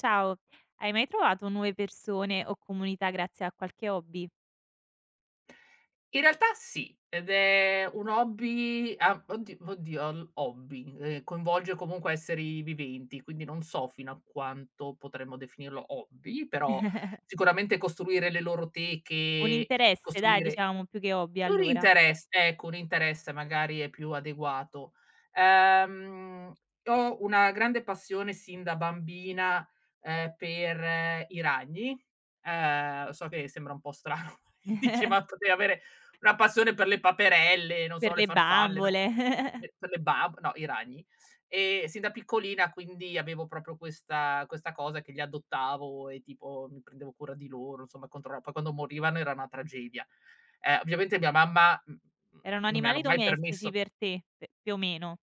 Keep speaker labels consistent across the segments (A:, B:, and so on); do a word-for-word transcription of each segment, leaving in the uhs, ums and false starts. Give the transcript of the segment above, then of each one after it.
A: Ciao, hai mai trovato nuove persone o comunità grazie a qualche hobby?
B: In realtà sì, ed è un hobby, a oddi oddio, l hobby, ehm, coinvolge comunque esseri viventi, quindi non so fino a quanto potremmo definirlo hobby. Però sicuramente costruire le loro
A: Un
B: teche,
A: interesse dai,
B: costruire
A: diciamo più che hobby
B: un
A: allora.
B: interesse, ecco, un interesse magari è più adeguato. Ehm, Ho una grande passione sin da bambina, ehm, per eh, i ragni. Ehm, so che sembra un po' strano, dici: "Ma potevi avere una passione per le paperelle, non
A: Per
B: so, le
A: le
B: farfalle", no,
A: bambole.
B: pe per le bab no, i ragni. E sin da piccolina quindi avevo proprio questa questa cosa che li adottavo e tipo mi prendevo cura di loro, insomma controlla, poi quando morivano era una tragedia. Eh, ovviamente mia mamma, mhmm,
A: Erano
B: non mi
A: animali
B: hanno mai
A: domestici
B: permesso.
A: per te, p più o meno.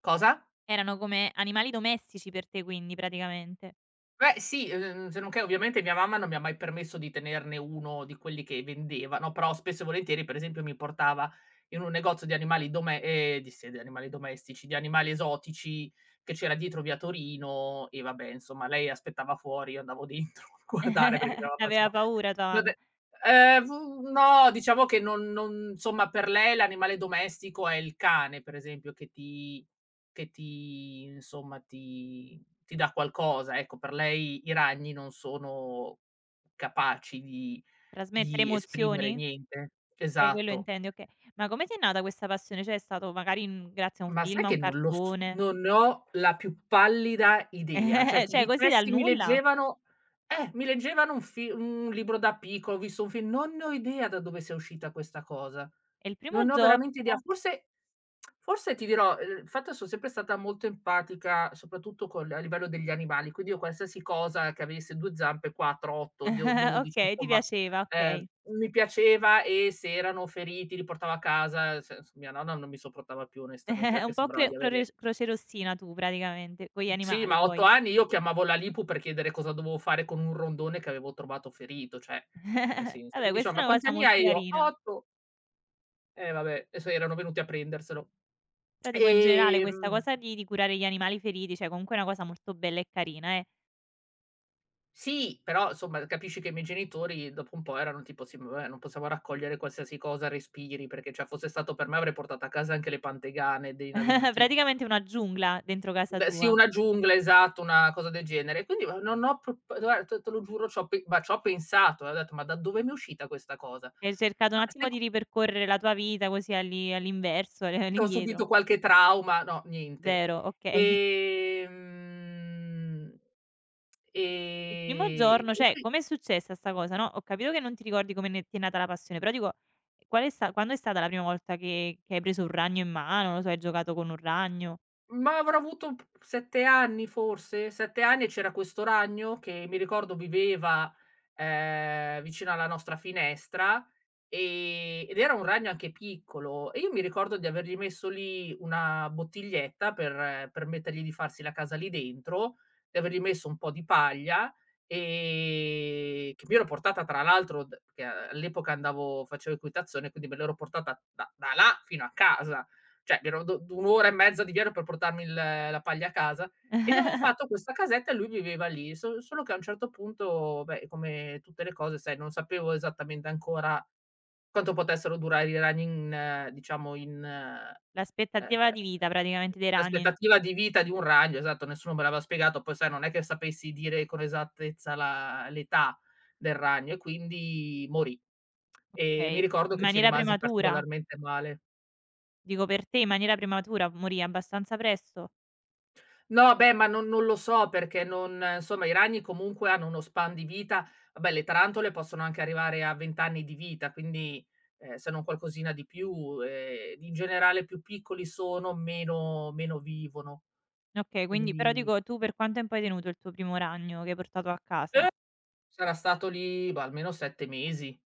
B: Cosa?
A: Erano come animali domestici per te quindi praticamente.
B: Beh sì, ehm, se non che ovviamente mia mamma non mi ha mai permesso di tenerne uno di quelli che vendevano, però spesso e volentieri, per esempio, mi portava in un negozio di animali dome ehm, di sì, di animali domestici, di animali esotici, che c'era dietro via Torino. E vabbè, insomma, lei aspettava fuori, io andavo dentro a guardare, perché mia mamma
A: Aveva
B: insomma
A: paura tua
B: non
A: mamma.
B: è, ehm, v no, diciamo che non non, insomma, per lei l'animale domestico è il cane, per esempio, che ti. Che ti insomma, ti ti dà qualcosa, ecco. Per lei i ragni non sono capaci di
A: Trasmettere
B: di esprimere
A: emozioni?
B: niente.
A: E quello
B: Esatto.
A: intendi, okay. Ma come ti è nata questa passione? Cioè è stato magari, mhmm, grazie a un
B: Ma
A: film,
B: sai
A: a un
B: che non lo s
A: cartone?
B: non ne ho la più pallida idea. Cioè ti
A: Cioè così dal
B: dicessi mi
A: nulla?
B: leggevano, eh, mi leggevano un fi un libro da piccolo, ho visto un film, non ne ho idea da dove sia uscita questa cosa.
A: E il
B: Non
A: primo
B: ne ho
A: giorno.
B: veramente idea. Forse forse ti dirò, ehm, il fatto son sempre stata molto empatica, soprattutto col a livello degli animali, quindi io qualsiasi cosa che avesse due zampe, quattro, otto, do dodici,
A: Okay, ti
B: insomma.
A: piaceva,
B: Ehm,
A: okay.
B: mi piaceva, e se erano feriti li portavo a casa. Se s Mia nonna non mi sopportava più, onestamente, perché
A: Un po'
B: sembrava
A: cre
B: di
A: crore
B: avere.
A: Croce Rossina tu praticamente, con gli
B: Sì,
A: animali
B: ma a otto
A: poi.
B: anni io chiamavo la Lipu per chiedere cosa dovevo fare con un rondone che avevo trovato ferito, cioè, nel senso.
A: Vabbè
B: Mi diceva:
A: questa
B: "Ma
A: è una
B: quanti
A: cosa
B: anni
A: molto
B: hai?" Io:
A: carina.
B: "otto". Eh vabbè, e so erano venuti a prenderselo.
A: Però dico in generale questa
B: Ehm,
A: cosa di di curare gli animali feriti, cioè comunque è una cosa molto bella e carina, eh.
B: sì, però insomma capisci che i miei genitori dopo un po' erano tipo: "Sì, ma vabbè, non possiamo raccogliere qualsiasi cosa respiri", perché cioè fosse stato per me avrei portato a casa anche le pantegane dei navighi.
A: Praticamente una giungla dentro casa
B: Beh sì,
A: tua.
B: una giungla, esatto, una cosa del genere. Quindi, ma non ho pro guarda, te te lo giuro, c'ho pe ma c'ho pensato, e ho detto: "Ma da dove mi è uscita questa cosa?"
A: Hai cercato un
B: Ma
A: attimo di
B: seco
A: ripercorrere la tua vita così all'i all'inverso,
B: Ho
A: all'indietro.
B: subito qualche trauma? No, niente.
A: zero, okay.
B: Ehm,
A: Il primo
B: ehm,
A: giorno
B: e
A: cioè,
B: qui
A: com'è successa 'sta cosa, no, ho capito che non ti ricordi come ne ti è nata la passione, però dico qual è sta quando è stata la prima volta che che hai preso un ragno in mano, non lo so, hai giocato con un ragno?
B: Ma avrò avuto p sette anni forse, sette anni, e c'era questo ragno che mi ricordo viveva, ehm, vicino alla nostra finestra, ehm, ed era un ragno anche piccolo, e io mi ricordo di avergli messo lì una bottiglietta per eh, permettergli di farsi la casa lì dentro, di avergli messo un po' di paglia, ehm, che mi ero portata tra l'altro d che all'epoca andavo, facevo equitazione, quindi me l'ero portata da da là fino a casa, cioè mi ero do d un'ora e mezza di viaggio per portarmi il la paglia a casa, e gli avevo fatto questa casetta e lui viveva lì. So solo che a un certo punto, beh, come tutte le cose, sai, non sapevo esattamente ancora quanto potessero durare i ragni in eh, diciamo in ehm,
A: L'aspettativa di vita praticamente dei ragni.
B: l'aspettativa di vita di un ragno, esatto, nessuno me l'aveva spiegato, poi sai non è che sapessi dire con esattezza la, l'età del ragno, e quindi morì. E mi
A: Okay,
B: ricordo
A: in
B: che ci
A: maniera
B: rimasi
A: prematura.
B: particolarmente male.
A: Dico per te in maniera prematura, morì abbastanza presto?
B: No, beh, ma non non lo so perché non, insomma, i ragni comunque hanno uno span di vita. Vabbè, le tarantole possono anche arrivare a venti anni di vita, quindi, ehm, se non qualcosina di più, ehm, in generale più piccoli sono meno meno vivono.
A: Okay, quindi però
B: Quindi
A: dico tu per quanto tempo hai tenuto il tuo primo ragno che hai portato a casa?
B: sarà stato lì, bah, almeno sette mesi.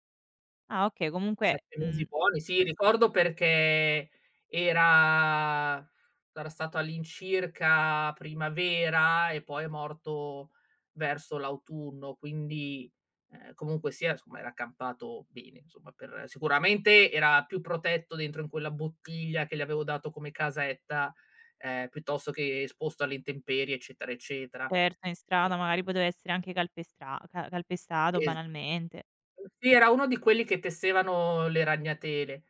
A: Ah okay, comunque,
B: sette mesi
A: mhmm,
B: buoni, sì, ricordo perché era era stato all'incirca primavera e poi è morto verso l'autunno, quindi, ehm, comunque sia, insomma, era accampato bene, insomma, per sicuramente era più protetto dentro in quella bottiglia che gli avevo dato come casetta, ehm, piuttosto che esposto alle intemperie, eccetera, eccetera.
A: certo in
B: E
A: strada magari poteva essere anche calpestra ca calpestato
B: es
A: banalmente.
B: Uhm, sì, era uno di quelli che tessevano le ragnatele.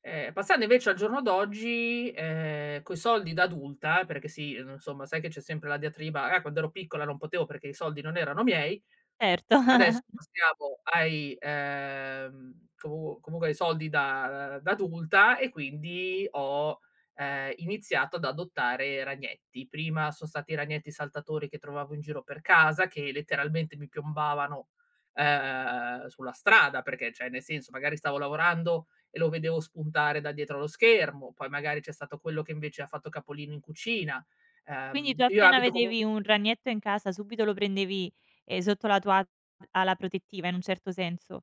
B: Ehm, passando invece al giorno d'oggi, ehm, coi soldi da adulta, perché sì, uhm, insomma sai che c'è sempre la diatriba: "Ah, quando ero piccola non potevo perché i soldi non erano miei".
A: Certo.
B: Adesso passiamo ai ehm, comu comunque ai soldi da da adulta, e quindi ho ehm, iniziato ad adottare ragnetti. Prima son stati i ragnetti saltatori che trovavo in giro per casa, che letteralmente mi piombavano, ehm, sulla strada, perché cioè nel senso magari stavo lavorando e lo vedevo spuntare da dietro lo schermo, poi magari c'è stato quello che invece ha fatto capolino in cucina.
A: Quindi tu
B: Ehm, io
A: appena
B: abito
A: vedevi
B: comunque.
A: un ragnetto in casa subito lo prendevi, ehm, sotto la tua ala protettiva in un certo senso?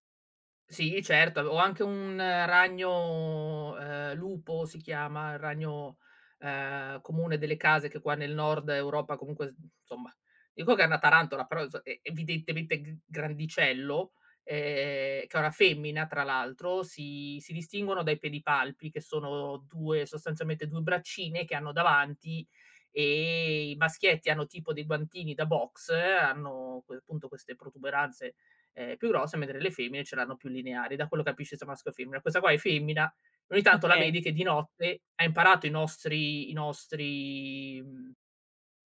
B: Sì, certo, avevo anche un ragno, ehm, lupo si chiama, il ragno, ehm, comune delle case che qua nel Nord Europa comunque, s insomma, dico che è una tarantola, però inso è evidentemente g grandicello, ehm, che è una femmina tra l'altro, si si distinguono dai pedipalpi che sono due, sostanzialmente due braccine che hanno davanti, e i maschietti hanno tipo dei guantini da box, hanno que, appunto, queste protuberanze, ehm, più grossa, mentre le femmine ce l'hanno più lineari, da quello che capisci se maschio o femmina. Questa qua è femmina, ogni tanto la
A: Okay.
B: vedi che di notte ha imparato i nostri i nostri, mhmm,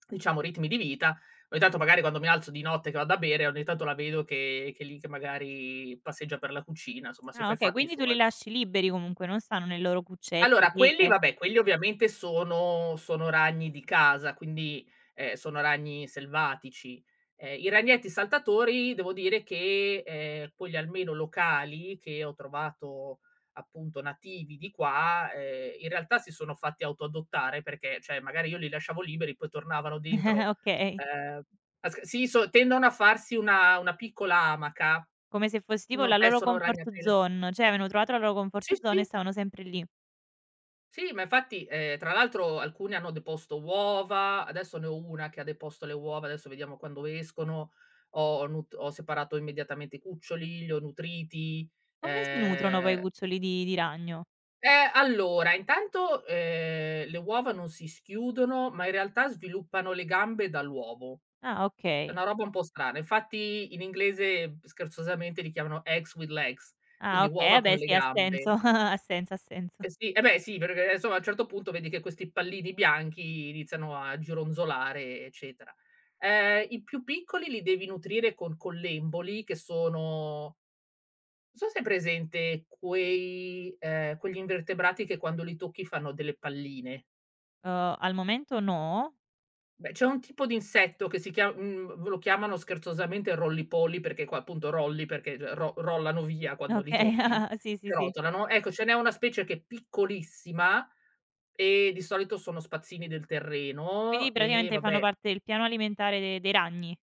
B: diciamo, ritmi di vita. Ogni tanto magari quando mi alzo di notte che vado a bere, ogni tanto la vedo che che lì che magari passeggia per la cucina, insomma si
A: Ah
B: fa i
A: okay,
B: fatti
A: quindi tu li
B: suoi.
A: lasci liberi comunque, non stanno nelle loro cuccette,
B: Allora, quelli
A: teche.
B: vabbè, quelli ovviamente sono sono ragni di casa, quindi, ehm, sono ragni selvatici. Ehm, I ragnetti saltatori, devo dire che, ehm, quelli almeno locali che ho trovato, appunto nativi di qua, ehm, in realtà si sono fatti autoadottare perché, cioè, magari io li lasciavo liberi, poi tornavano dentro,
A: Okay.
B: ehm, a sca sì, so tendono a farsi una una piccola amaca,
A: Come se fosse tipo
B: non
A: la loro
B: tessono
A: comfort
B: ragnatele.
A: zone, cioè avevano trovato la loro
B: Sì,
A: comfort zone e
B: sì.
A: stavano sempre lì.
B: Sì, ma infatti, ehm, tra l'altro, alcune hanno deposto uova, adesso ne ho una che ha deposto le uova, adesso vediamo quando escono. Ho nut ho separato immediatamente i cuccioli, li ho nutriti.
A: Come si nutrono poi i
B: Ehm
A: cuccioli di di ragno?
B: eh, allora, intanto, ehm, le uova non si schiudono, ma in realtà sviluppano le gambe dall'uovo.
A: Ah
B: È
A: okay.
B: una roba un po' strana. Infatti in inglese, mhmm, scherzosamente li chiamano "eggs with legs",
A: Ah
B: quindi
A: okay, eh
B: uova con
A: beh
B: le
A: sì, ha senso,
B: gambe.
A: ha senso, ha senso.
B: Eh sì, eh beh sì, perché eh, insomma a un certo punto vedi che questi pallini bianchi iniziano a gironzolare, eccetera. Ehm, I più piccoli li devi nutrire con collemboli, che sono, non so se hai presente quei ehm, quegli invertebrati che quando li tocchi fanno delle palline.
A: Uhm, al momento no.
B: Beh, c'è un tipo di insetto che si chia mhmm, lo chiamano scherzosamente rollipolli, perché qua appunto rolli, perché cioè ro rollano via quando li
A: Okay,
B: tocchi,
A: ah, sì, sì,
B: che
A: sì.
B: rotolano. Ecco, ce n'è una specie che è piccolissima. E di solito sono spazzini del
A: Quindi
B: terreno, e
A: praticamente fanno
B: vabbè,
A: parte del piano alimentare de dei ragni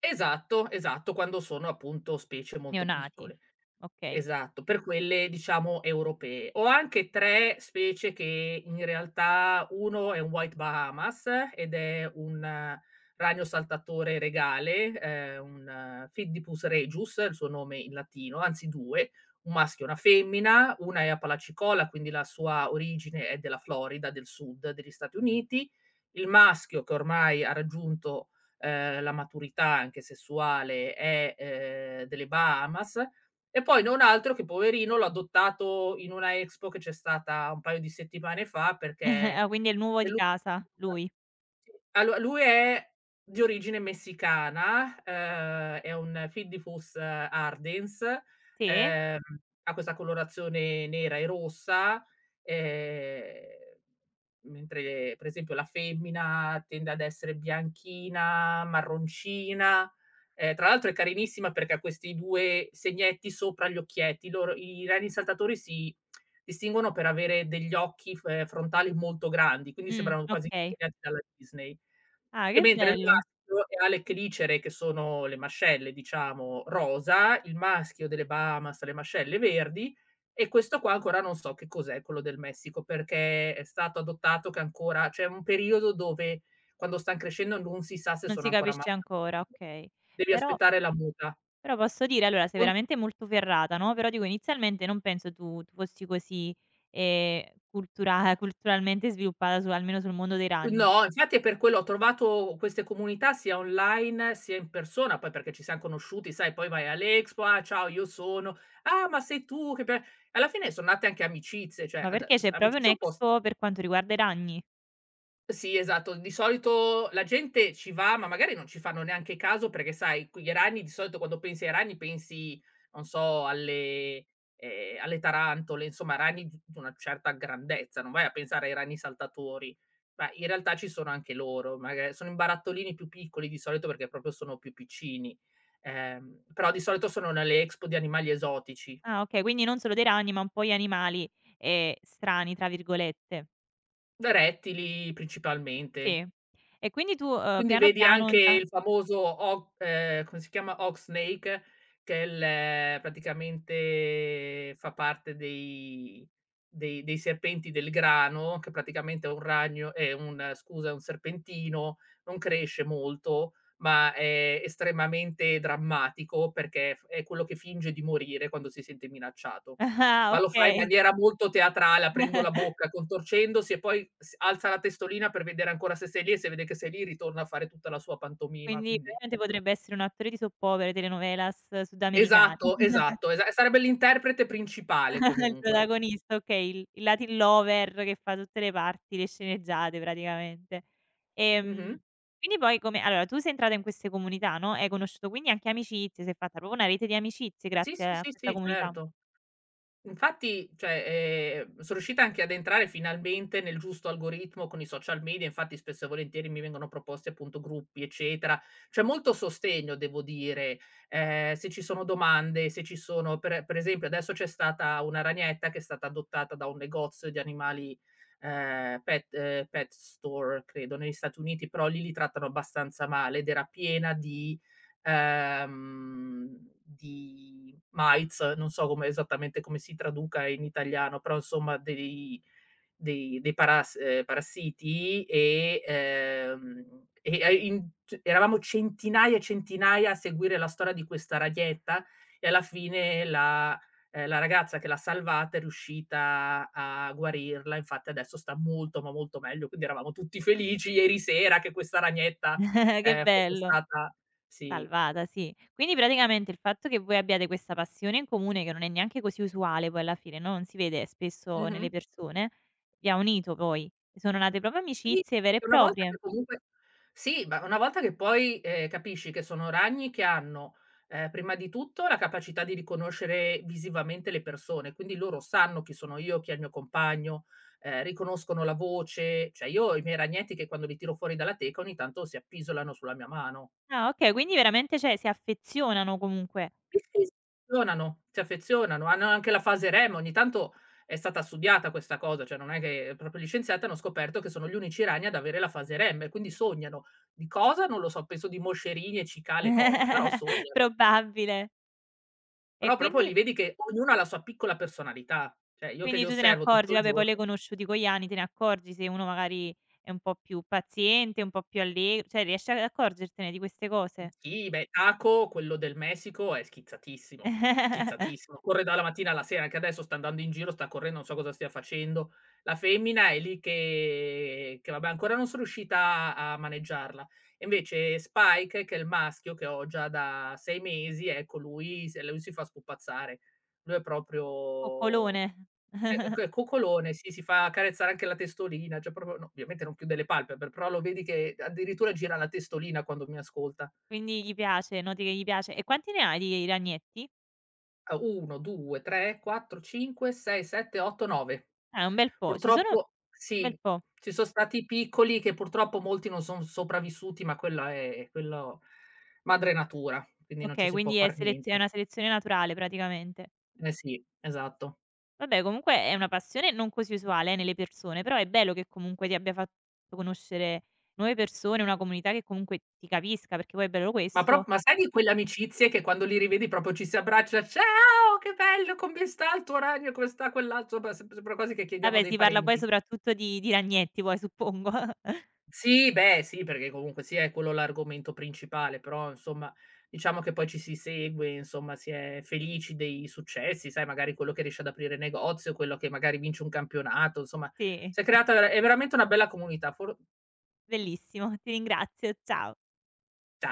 B: esatto, esatto, quando sono appunto specie molto
A: neonati.
B: piccole.
A: Okay.
B: Esatto, per quelle diciamo europee. Ho anche tre specie, che in realtà uno è un White Bahamas, ed è un eh, ragno saltatore regale, ehm, un Phyndipus regius, il suo nome in latino, anzi due, un maschio e una femmina, una è a Palacicola, quindi la sua origine è della Florida, del sud degli Stati Uniti. Il maschio, che ormai ha raggiunto ehm, la maturità anche sessuale, è ehm, delle Bahamas, e poi non altro che poverino l'ho adottato in una expo che c'è stata un paio di settimane fa perché è
A: Ah, quindi è il nuovo di
B: l'unica.
A: casa, lui.
B: Sì. Allo Lui è di origine messicana, ehm, è un Fidifus ardens,
A: Sì?
B: ehm, ha questa colorazione nera e rossa, ehm, mentre per esempio la femmina tende ad essere bianchina, marroncina, ehm, tra l'altro è carinissima perché ha questi due segnetti sopra gli occhietti. Loro i reni saltatori si distinguono per avere degli occhi f ehm, frontali molto grandi, quindi
A: Mh,
B: sembrano quasi
A: okay.
B: disegnati dalla Disney.
A: Ah,
B: E
A: che
B: mentre il
A: bello.
B: maschio ha le chelicere, che sono le mascelle diciamo rosa, il maschio delle Bahamas ha le mascelle verdi, e questo qua ancora non so che cos'è quello del Messico, perché è stato adottato che ancora c'è un periodo dove quando stan crescendo non si sa se
A: Non si
B: sono ancora
A: capisce
B: maschi o
A: ancora,
B: femmine.
A: okay.
B: Devi
A: Però
B: aspettare la muta.
A: però posso dire allora sei
B: Secon
A: veramente molto ferrata, no, però dico inizialmente non penso tu tu fossi così, ehm, cultura culturalmente sviluppata su almeno sul mondo dei ragni.
B: No, infatti è per quello ho trovato queste comunità sia online sia in persona, poi perché ci siam conosciuti, sai, poi vai all'Expo: "Ah ciao, io sono", "Ah, ma sei tu che be", alla fine son nate anche amicizie, cioè
A: Ma
B: ad
A: perché
B: s
A: c'è proprio
B: amicizie un po'.
A: un'Expo per quanto riguarda i ragni?
B: Sì, esatto. Di solito la gente ci va, ma magari non ci fanno neanche caso perché sai, qui gli ragni di solito quando pensi ai ragni pensi, non so, alle ehm, alle tarantole, insomma ragni di di una certa grandezza, non vai a pensare ai ragni saltatori. Ma in realtà ci sono anche loro, maga sono in barattolini più piccoli di solito perché proprio sono più piccini, ehm, però di solito sono nelle expo di animali esotici,
A: Ah okay, quindi non solo dei ragni, ma un po' gli animali, ehm, "strani" tra virgolette.
B: da rettili principalmente.
A: Sì. E quindi tu, uhm,
B: Quindi
A: piano
B: vedi
A: piano
B: anche
A: inta
B: il famoso o ehm, come si chiama, Oxnake, che è il eh, praticamente fa parte dei dei dei serpenti del grano, che praticamente è un ragno è un scusa, è un serpentino, non cresce molto, ma è estremamente drammatico perché f è quello che finge di morire quando si sente minacciato.
A: ah,
B: Ma lo fa in
A: okay.
B: maniera molto teatrale, aprendo la bocca, contorcendosi e poi s alza la testolina per vedere ancora se sei lì e se vede che sei lì ritorna a fare tutta la sua pantomima,
A: Quindi
B: quindi
A: veramente potrebbe essere un attore di soap opere, telenovelas sudamericane.
B: esatto, esatto, esa sarebbe l'interprete principale
A: Il
B: comunque.
A: protagonista, okay, il il Latin lover che fa tutte le parti, le sceneggiate praticamente.
B: Mh-mh.
A: Ehm, quindi poi come allora tu sei entrata in queste comunità, no, hai conosciuto quindi anche amicizie, si è fatta proprio una rete di amicizie
B: Sì,
A: grazie
B: sì,
A: a
B: sì,
A: questa
B: sì,
A: comunità.
B: certo. Infatti, cioè, ehm, son riuscita anche ad entrare finalmente nel giusto algoritmo con i social media, infatti spesso e volentieri mi vengono proposti appunto gruppi, eccetera. C'è molto sostegno devo dire, ehm, se ci sono domande, se ci sono per per esempio adesso c'è stata una ragnetta che è stata adottata da un negozio di animali, ehm, pet ehm, pet store credo negli Stati Uniti, però lì li trattano abbastanza male ed era piena di ehm, di Maiz, non so come esattamente come si traduca in italiano, però insomma dei dei dei paras ehm, parassiti e, ehm, e a in c eravamo centinaia e centinaia a seguire la storia di questa raghetta e alla fine la ehm, la ragazza che l'ha salvata è riuscita a guarirla, infatti adesso sta molto, ma molto meglio, quindi eravamo tutti felici ieri sera che questa ragnetta,
A: Che
B: ehm, fosse
A: bello.
B: stata sì.
A: Salvata, sì. Quindi praticamente il fatto che voi abbiate questa passione in comune, che non è neanche così usuale poi alla fine, no, non si vede spesso nelle
B: Mh-mh.
A: persone, vi ha unito poi. Sono nate proprio
B: Sì,
A: amicizie vere e
B: perché una volta
A: proprie.
B: che comunque sì, ma una volta che poi, ehm, capisci che sono ragni che hanno, ehm, prima di tutto la capacità di riconoscere visivamente le persone, quindi loro sanno chi sono io, chi è il mio compagno, ehm, riconoscono la voce. Cioè io ho i miei ragnetti che quando li tiro fuori dalla teca ogni tanto si appisolano sulla mia mano.
A: Ah okay, quindi veramente cioè si affezionano comunque.
B: Sì, sì, si affezionano, si affezionano, hanno anche la fase R E M, ogni tanto è stata studiata questa cosa, cioè non è che proprio gli scienziati hanno scoperto che sono gli unici ragni ad avere la fase R E M, e quindi sognano. Di cosa non lo so, penso di moscerini e cicale, cose, però sognano.
A: Probabile. E
B: Però proprio
A: quindi
B: li vedi che ognuno ha la sua piccola personalità. Cioè io che li
A: quindi tu te ne
B: osservo tutto
A: accorgi,
B: il
A: vabbè poi li hai
B: giorno.
A: conosciuti con gli anni, te ne accorgi se uno magari è un po' più paziente, un po' più alle cioè riesci ad accorgertene di queste cose?
B: Sì, beh, Taco, quello del Messico, è schizzatissimo, schizzatissimo. Corre dalla mattina alla sera, anche adesso sta andando in giro, sta correndo, non so cosa stia facendo. La femmina è lì che che vabbè ancora non sono riuscita a maneggiarla. E invece Spike, che è il maschio che ho già da sei mesi, ecco lui se lui si fa spupazzare. Lui è proprio
A: Coccolone.
B: è è coccolone, sì, si fa accarezzare anche la testolina, cioè proprio no, ovviamente non chiude le palpebre, però lo vedi che addirittura gira la testolina quando mi ascolta.
A: Quindi gli piace, noti che gli piace. E quanti ne hai di ragnetti?
B: A uno, due, tre, quattro, cinque, sei, sette, otto, nove.
A: Ah, un bel po'. Ci sono
B: Purtroppo
A: un bel
B: sì,
A: po'.
B: ci son stati i piccoli che purtroppo molti non son sopravvissuti, ma quella è quello madre natura, quindi non ci
A: Okay,
B: si può
A: quindi è
B: far
A: selez è
B: niente.
A: una selezione naturale praticamente.
B: Eh sì, esatto.
A: Vabbè, comunque è una passione non così usuale, eh, nelle persone, però è bello che comunque ti abbia fatto conoscere nuove persone, una comunità che comunque ti capisca, perché poi è bello
B: Ma pro
A: questo.
B: ma Sai di quelle amicizie che quando li rivedi proprio ci si abbraccia: "Ciao, che bello, come sta il tuo ragno, come sta quell'altro", beh, sem sembra quasi che chiediamo
A: Vabbè,
B: dei
A: si parla poi
B: parenti.
A: soprattutto di di ragnetti poi suppongo.
B: Sì, beh, sì, perché comunque sia è quello l'argomento principale, però insomma, diciamo che poi ci si segue, insomma, si è felici dei successi, sai, magari quello che riesce ad aprire negozio, quello che magari vince un campionato, insomma,
A: Sì,
B: si è creata vera è veramente una bella comunità for
A: bellissimo. Ti ringrazio, ciao.
B: ta